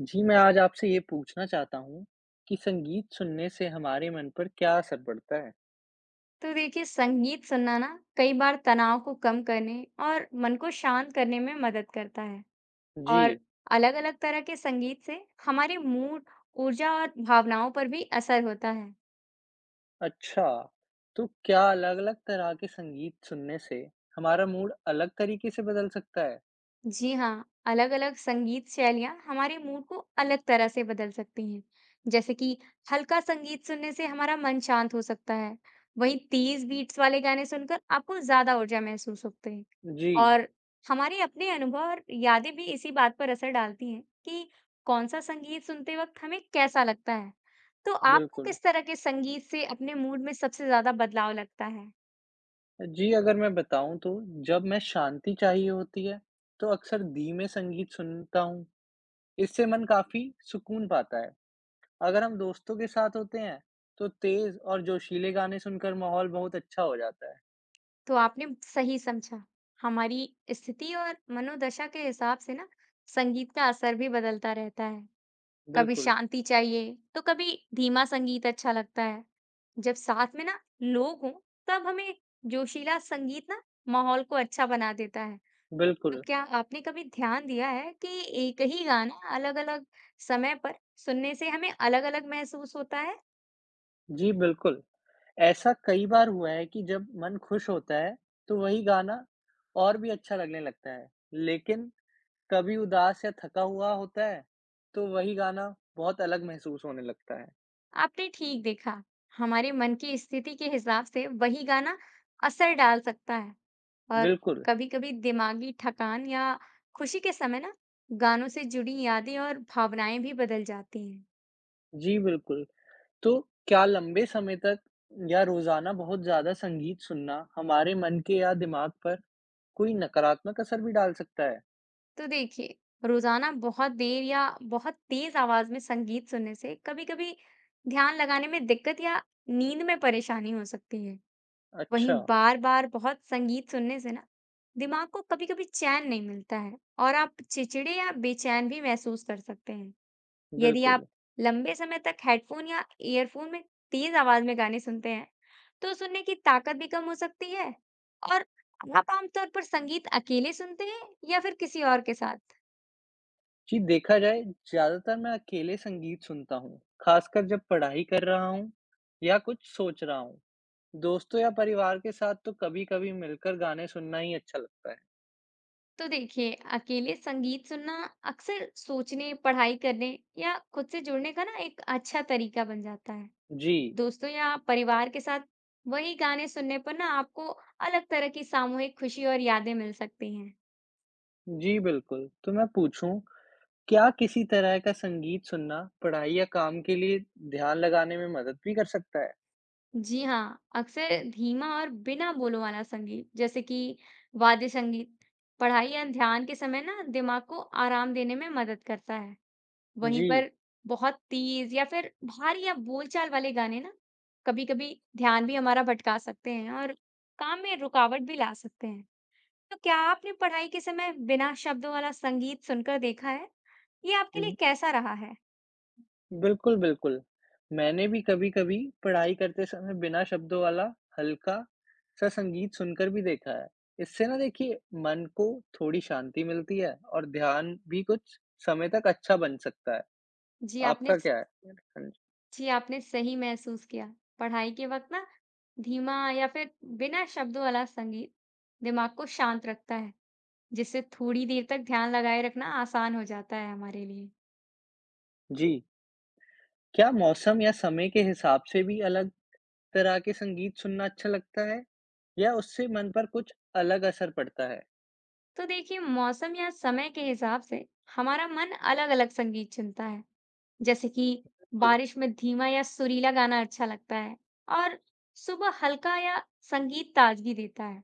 जी, मैं आज आपसे ये पूछना चाहता हूँ कि संगीत सुनने से हमारे मन पर क्या असर पड़ता है? तो देखिए, संगीत सुनना ना कई बार तनाव को कम करने और मन को शांत करने में मदद करता है। और जी, अलग-अलग तरह के संगीत से हमारे मूड, ऊर्जा और भावनाओं पर भी असर होता है। अच्छा। तो क्या अलग-अलग तरह के संगीत सुनने से हमारा मूड अलग तरीके से बदल सकता है? जी हाँ, अलग-अलग संगीत शैलियाँ हमारे मूड को अलग तरह से बदल सकती हैं। जैसे कि हल्का संगीत सुनने से हमारा मन शांत हो सकता है, वहीं तेज बीट्स वाले गाने सुनकर आपको ज्यादा ऊर्जा महसूस होती है। जी, और हमारे अपने अनुभव और यादें भी इसी बात पर असर डालती हैं कि कौन सा संगीत सुनते वक्त हमें कैसा लगता है। तो आपको बिल्कुल। किस तरह के संगीत से अपने मूड में सबसे ज्यादा बदलाव लगता है? जी, अगर मैं बताऊँ तो जब मैं शांति चाहिए होती है, तो अक्सर धीमे संगीत सुनता हूँ। इससे मन काफ़ी सुकून पाता है। अगर हम दोस्तों के साथ होते हैं, तो तेज़ और जोशीले गाने सुनकर माहौल बहुत अच्छा हो जाता है। तो आपने सही समझा। हमारी स्थिति और मनोदशा के हिसाब से ना संगीत का असर भी बदलता रहता है। कभी बिल्कुल। शांति चाहिए तो कभी धीमा संगीत अच्छा लगता है। जब साथ में ना लोग हों तब हमें जोशीला संगीत ना माहौल को अच्छा बना देता है। तो बिल्कुल। क्या आपने कभी ध्यान दिया है कि एक ही गाना अलग-अलग समय पर सुनने से हमें अलग-अलग महसूस होता है? जी, बिल्कुल। ऐसा कई बार हुआ है कि जब मन खुश होता है, तो वही गाना और भी अच्छा लगने लगता है। लेकिन कभी उदास या थका हुआ होता है, तो वही गाना बहुत अलग महसूस होने लगता है। आपने ठीक देखा। हमारे मन की स्थिति के हिसाब से वही गाना असर डाल सकता है। और बिल्कुल। कभी-कभी दिमागी थकान या खुशी के समय ना गानों से जुड़ी यादें और भावनाएं भी बदल जाती हैं। जी, बिल्कुल। तो क्या लंबे समय तक या रोज़ाना बहुत ज़्यादा संगीत सुनना हमारे मन के या दिमाग पर कोई नकारात्मक असर भी डाल सकता है? तो देखिए, रोजाना बहुत देर या बहुत तेज आवाज में संगीत सुनने से कभी-कभी ध्यान लगाने में दिक्कत या नींद में परेशानी हो सकती है। वहीं अच्छा, बार-बार बहुत संगीत सुनने से ना दिमाग को कभी-कभी चैन नहीं मिलता है और आप चिड़चिड़े या बेचैन भी महसूस कर सकते हैं। यदि आप बिल्कुल। लंबे समय तक हेडफोन या ईयरफोन में तेज आवाज में गाने सुनते हैं, तो सुनने की ताकत भी कम हो सकती है। और आप आमतौर पर संगीत अकेले सुनते हैं या फिर किसी और के साथ? जी, देखा जाए ज़्यादातर मैं अकेले संगीत सुनता हूँ, खासकर जब पढ़ाई कर रहा हूँ या कुछ सोच रहा हूँ। दोस्तों या परिवार के साथ तो कभी-कभी मिलकर गाने सुनना ही अच्छा लगता है। तो देखिए, अकेले संगीत सुनना अक्सर सोचने, पढ़ाई करने या खुद से जुड़ने का ना एक अच्छा तरीका बन जाता है। जी, दोस्तों या परिवार के साथ वही गाने सुनने पर ना आपको अलग तरह की सामूहिक खुशी और यादें मिल सकती हैं। जी बिल्कुल। तो मैं पूछूँ, क्या किसी तरह का संगीत सुनना पढ़ाई या काम के लिए ध्यान लगाने में मदद भी कर सकता है? जी हाँ, अक्सर धीमा और बिना बोलों वाला संगीत, जैसे कि वाद्य संगीत, पढ़ाई या ध्यान के समय ना दिमाग को आराम देने में मदद करता है। वहीं जी। पर बहुत तेज या फिर भारी या बोलचाल वाले गाने ना कभी-कभी ध्यान भी हमारा भटका सकते हैं और काम में रुकावट भी ला सकते हैं। तो क्या आपने पढ़ाई के समय बिना शब्दों वाला संगीत सुनकर देखा है? ये आपके लिए कैसा रहा है? बिल्कुल, बिल्कुल। मैंने भी कभी-कभी पढ़ाई करते समय बिना शब्दों वाला हल्का-सा संगीत सुनकर भी देखा है। इससे ना देखिए मन को थोड़ी शांति मिलती है और ध्यान भी कुछ समय तक अच्छा बन सकता है। जी, आपने आपका स क्या है? हाँ जी, जी, आपने सही महसूस किया। पढ़ाई के वक़्त ना धीमा या फिर बिना शब्दों वाला संगीत दिमाग को शांत रखता है, जिससे थोड़ी देर तक ध्यान लगाए रखना आसान हो जाता है हमारे लिए। जी, क्या मौसम या समय के हिसाब से भी अलग तरह के संगीत सुनना अच्छा लगता है या उससे मन पर कुछ अलग असर पड़ता है? तो देखिए, मौसम या समय के हिसाब से हमारा मन अलग-अलग संगीत चुनता है। जैसे कि बिल्कुल। बारिश में धीमा या सुरीला गाना अच्छा लगता है और सुबह हल्का या संगीत ताजगी देता है।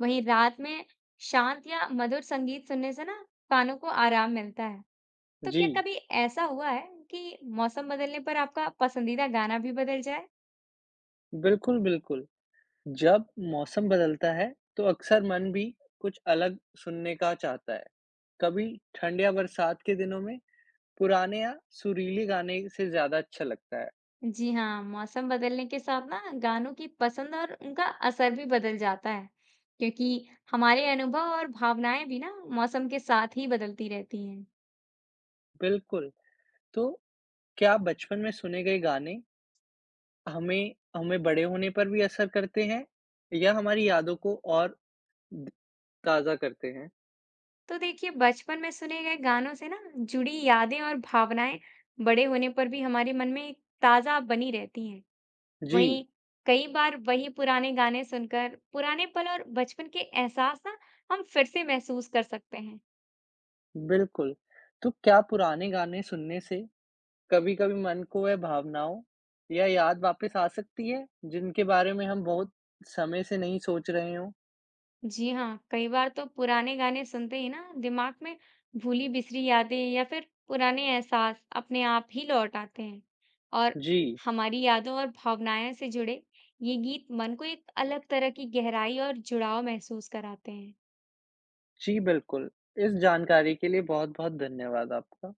वहीं रात में शांत या मधुर संगीत सुनने से ना कानों को आराम मिलता है। तो क्या जी, कभी ऐसा हुआ है कि मौसम बदलने पर आपका पसंदीदा गाना भी बदल जाए? बिल्कुल, बिल्कुल। जब मौसम बदलता है तो अक्सर मन भी कुछ अलग सुनने का चाहता है। कभी ठंड या बरसात के दिनों में पुराने या सुरीले गाने से ज्यादा अच्छा लगता है। जी हाँ, मौसम बदलने के साथ ना गानों की पसंद और उनका असर भी बदल जाता है, क्योंकि हमारे अनुभव और भावनाएं भी ना मौसम के साथ ही बदलती रहती हैं। बिल्कुल, तो क्या बचपन में सुने गए गाने हमें हमें बड़े होने पर भी असर करते हैं या हमारी यादों को और द- ताज़ा करते हैं? तो देखिए, बचपन में सुने गए गानों से ना जुड़ी यादें और भावनाएं बड़े होने पर भी हमारे मन में एक ताजा बनी रहती हैं। जी, वहीं कई बार वही पुराने गाने सुनकर पुराने पल और बचपन के एहसास ना हम फिर से महसूस कर सकते हैं। बिल्कुल। तो क्या पुराने गाने सुनने से कभी-कभी मन को वह भावनाओं या याद वापस आ सकती है, जिनके बारे में हम बहुत समय से नहीं सोच रहे हों? जी हाँ, कई बार तो पुराने गाने सुनते ही ना दिमाग में भूली बिसरी यादें या फिर पुराने एहसास अपने आप ही लौट आते हैं। और जी, हमारी यादों और भावनाएं से जुड़े ये गीत मन को एक अलग तरह की गहराई और जुड़ाव महसूस कराते हैं। जी बिल्कुल। इस जानकारी के लिए बहुत-बहुत धन्यवाद आपका।